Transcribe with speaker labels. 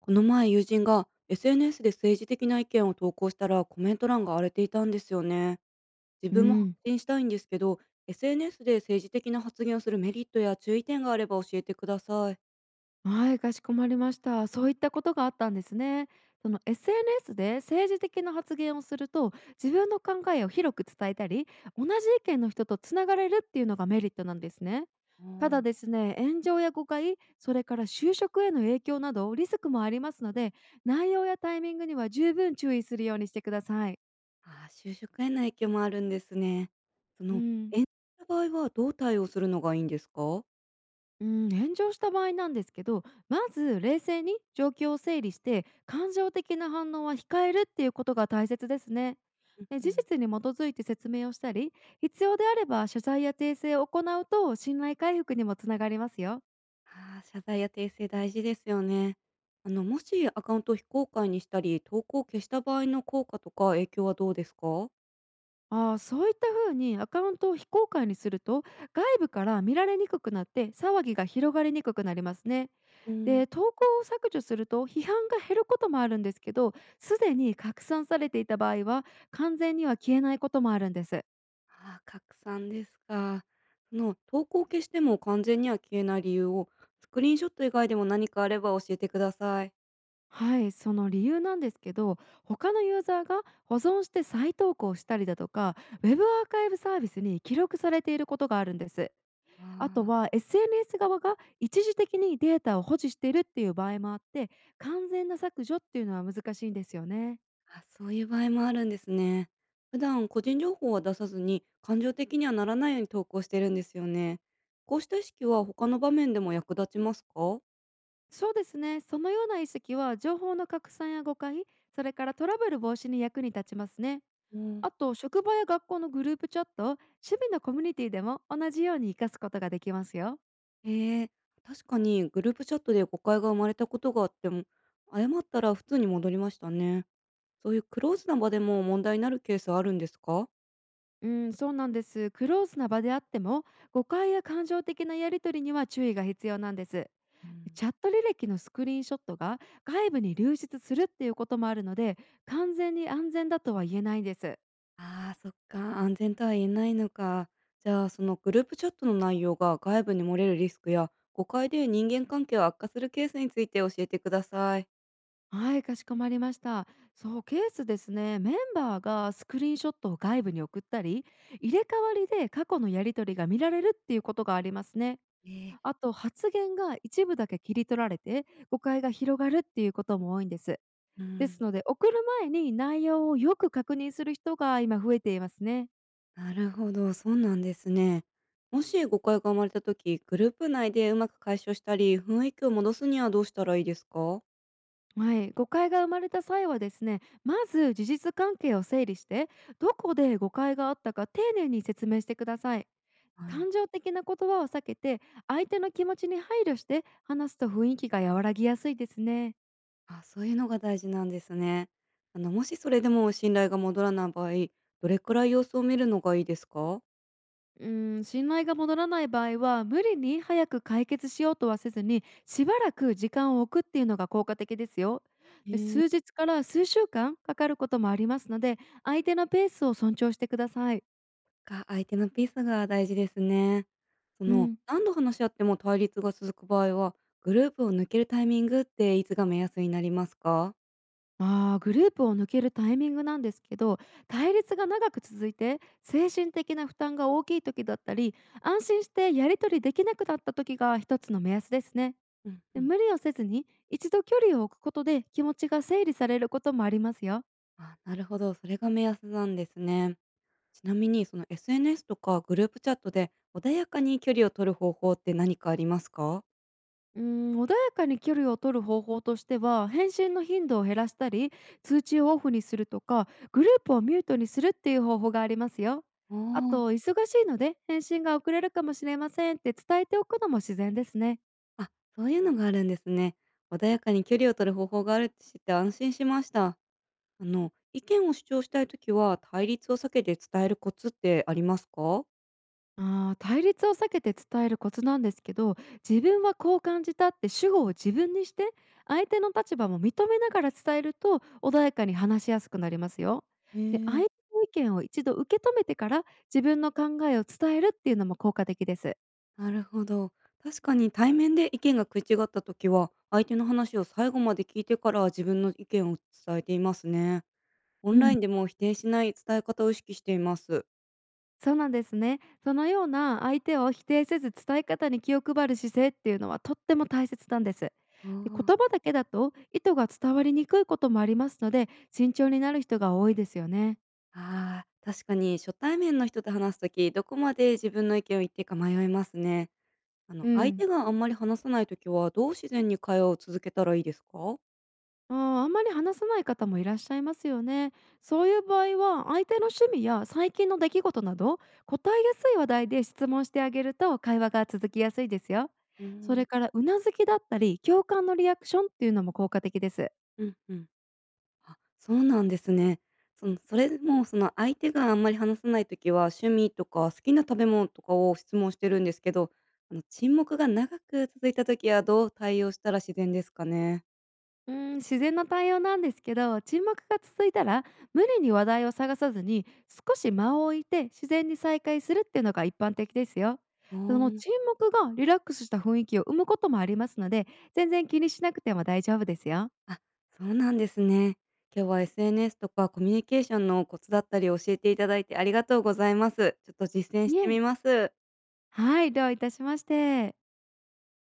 Speaker 1: この前友人が SNS で政治的な意見を投稿したらコメント欄が荒れていたんですよね。自
Speaker 2: う
Speaker 1: 分も発
Speaker 2: ん、
Speaker 1: 信したいんですけど、SNS で政治的な発言をするメリットや注意点があれば教えてください。
Speaker 2: はい、かしこまりました。そういったことがあったんですね。その SNS で政治的な発言をすると、自分の考えを広く伝えたり、同じ意見の人とつながれるっていうのがメリットなんですね。
Speaker 1: う
Speaker 2: た
Speaker 1: ん、
Speaker 2: だですね、炎上や誤解、それから就職への影響などリスクもありますので、内容やタイミングには十分注意するようにしてください。
Speaker 1: ああ、就職への影響もあるんですね。そ
Speaker 2: う
Speaker 1: の、
Speaker 2: ん。
Speaker 1: 演じた場合はどう対応するのがいいんですか？
Speaker 2: うん、炎上した場合なんですけど、まず冷静に状況を整理して、感情的な反応は控えるっていうことが大切ですね。
Speaker 1: うん
Speaker 2: で、
Speaker 1: う
Speaker 2: 事
Speaker 1: ん。
Speaker 2: 実に基づいて説明をしたり、必要であれば謝罪や訂正を行うと信頼回復にもつながりますよ。
Speaker 1: ああ、謝罪や訂正大事ですよね。あの、もしアカウントを非公開にしたり、投稿を消した場合の効果とか影響はどうですか？
Speaker 2: ああ、そういった風にアカウントを非公開にすると、外部から見られにくくなって騒ぎが広がりにくくなりますね。
Speaker 1: うん。
Speaker 2: で、投稿を削除すると批判が減ることもあるんですけど、すでに拡散されていた場合は完全には消えないこともあるんです。
Speaker 1: ああ、拡散ですか。その投稿を消しても完全には消えない理由をスクリーンショット以外でも何かあれば教えてください。
Speaker 2: はい、その理由なんですけど、他のユーザーが保存して再投稿したりだとか、ウェブアーカイブサービスに記録されていることがあるんです。
Speaker 1: あ
Speaker 2: あとは
Speaker 1: ー。
Speaker 2: SNS 側が一時的にデータを保持しているっていう場合もあって、完全な削除っていうのは難しいんですよね。
Speaker 1: あ、そういう場合もあるんですね。普段個人情報は出さずに感情的にはならないように投稿してるんですよね。こうした意識は他の場面でも役立ちますか？
Speaker 2: そうですね、そのような意識は情報の拡散や誤解、それからトラブル防止に役に立ちますね。
Speaker 1: うん。
Speaker 2: あと、職場や学校のグループチャット、趣味のコミュニティでも同じように活かすことができますよ。
Speaker 1: えー、確かにグループチャットで誤解が生まれたことがあっても、謝ったら普通に戻りましたね。そういうクローズな場でも問題になるケースあるんですか？
Speaker 2: うん、そうなんです。クローズな場であっても、誤解や感情的なやり取りには注意が必要なんです。
Speaker 1: うん。
Speaker 2: チャット履歴のスクリーンショットが外部に流出するっていうこともあるので、完全に安全だとは言えないんです。
Speaker 1: ああ、そっか、安全とは言えないのか。じゃあ、そのグループチャットの内容が外部に漏れるリスクや、誤解で人間関係を悪化するケースについて教えてください。
Speaker 2: はい、かしこまりました。そう、ケースですね。メンバーがスクリーンショットを外部に送ったり、入れ替わりで過去のやり取りが見られるっていうことがありますね。
Speaker 1: えー。
Speaker 2: あと、発言が一部だけ切り取られて、誤解が広がるっていうことも多いんです。
Speaker 1: う
Speaker 2: です
Speaker 1: ん、
Speaker 2: ので、送る前に内容をよく確認する人が今増えていますね。
Speaker 1: なるほど、そうなんですね。もし誤解が生まれた時グループ内でうまく解消したり、雰囲気を戻すにはどうしたらいいですか？
Speaker 2: はい、誤解が生まれた際はですね、まず事実関係を整理して、どこで誤解があったか丁寧に説明してください。
Speaker 1: はい。
Speaker 2: 感情的な言葉を避けて、相手の気持ちに配慮して話すと雰囲気が和らぎやすいですね。
Speaker 1: あ、そういうのが大事なんですね。あの、もしそれでも信頼が戻らない場合、どれくらい様子を見るのがいいですか？
Speaker 2: 信頼が戻らない場合は無理に早く解決しようとはせずに、しばらく時間を置くっていうのが効果的ですよ。で、
Speaker 1: ええ。
Speaker 2: 数日から数週間かかることもありますので、相手のペースを尊重してください。
Speaker 1: か、相手のピースが大事ですね。
Speaker 2: うん、
Speaker 1: 何度話し合っても対立が続く場合は、グループを抜けるタイミングっていつが目安になりますか？
Speaker 2: グループを抜けるタイミングなんですけど、対立が長く続いて精神的な負担が大きい時だったり、安心してやり取りできなくなった時が一つの目安ですね。
Speaker 1: うんう
Speaker 2: で、
Speaker 1: ん。
Speaker 2: 無理をせずに一度距離を置くことで気持ちが整理されることもありますよ。
Speaker 1: あ、なるほど。それが目安なんですね。ちなみに、その SNS とかグループチャットで穏やかに距離を取る方法って何かありますか？
Speaker 2: 穏やかに距離を取る方法としては、返信の頻度を減らしたり、通知をオフにするとか、グループをミュートにするっていう方法がありますよ。
Speaker 1: お
Speaker 2: あ
Speaker 1: ー。
Speaker 2: と、忙しいので返信が遅れるかもしれませんって伝えておくのも自然ですね。
Speaker 1: あ、そういうのがあるんですね。穏やかに距離を取る方法があるって知って安心しました。あの、意見を主張したいときは対立を避けて伝えるコツってありますか？
Speaker 2: 対立を避けて伝えるコツなんですけど、自分はこう感じたって主語を自分にして、相手の立場も認めながら伝えると穏やかに話しやすくなりますよ。
Speaker 1: へ
Speaker 2: で、相
Speaker 1: え、
Speaker 2: 手の意見を一度受け止めてから自分の考えを伝えるっていうのも効果的です。
Speaker 1: なるほど。確かに対面で意見が食い違った時は、相手の話を最後まで聞いてから自分の意見を伝えていますね。オ
Speaker 2: う
Speaker 1: ンライ
Speaker 2: ん、
Speaker 1: ンでも否定しない伝え方を意識しています。
Speaker 2: そうなんですね。そのような相手を否定せず伝え方に気を配る姿勢っていうのはとっても大切なんです。で、
Speaker 1: あー
Speaker 2: 言葉だけだと意図が伝わりにくいこともありますので、慎重になる人が多いですよね。
Speaker 1: あー、確かに初対面の人と話す時、どこまで自分の意見を言っていいか迷いますね。あ
Speaker 2: う
Speaker 1: の、相
Speaker 2: ん。
Speaker 1: 手があんまり話さない時は、どう自然に会話を続けたらいいですか？
Speaker 2: ああ、あんまり話さない方もいらっしゃいますよね。そういう場合は、相手の趣味や最近の出来事など、答えやすい話題で質問してあげると会話が続きやすいですよ。
Speaker 1: うー
Speaker 2: そ
Speaker 1: ん、
Speaker 2: れから、うなずきだったり、共感のリアクションっていうのも効果的です。
Speaker 1: うん、うん。あ、そうなんですね。それも、相手があんまり話さないときは、趣味とか好きな食べ物とかを質問してるんですけど、あの、沈黙が長く続いたときはどう対応したら自然ですかね？
Speaker 2: 自然な対応なんですけど、沈黙が続いたら、無理に話題を探さずに、少し間を置いて自然に再開するっていうのが一般的ですよ。その
Speaker 1: あ
Speaker 2: 沈黙がリラックスした雰囲気を生むこともありますので、全然気にしなくても大丈夫ですよ。
Speaker 1: あ、あ、そうなんですね。今日は SNS とかコミュニケーションのコツだったり教えていただいてありがとうございます。ちょっと実践し
Speaker 2: い
Speaker 1: て
Speaker 2: え、
Speaker 1: みます。
Speaker 2: はい、どういたしまして。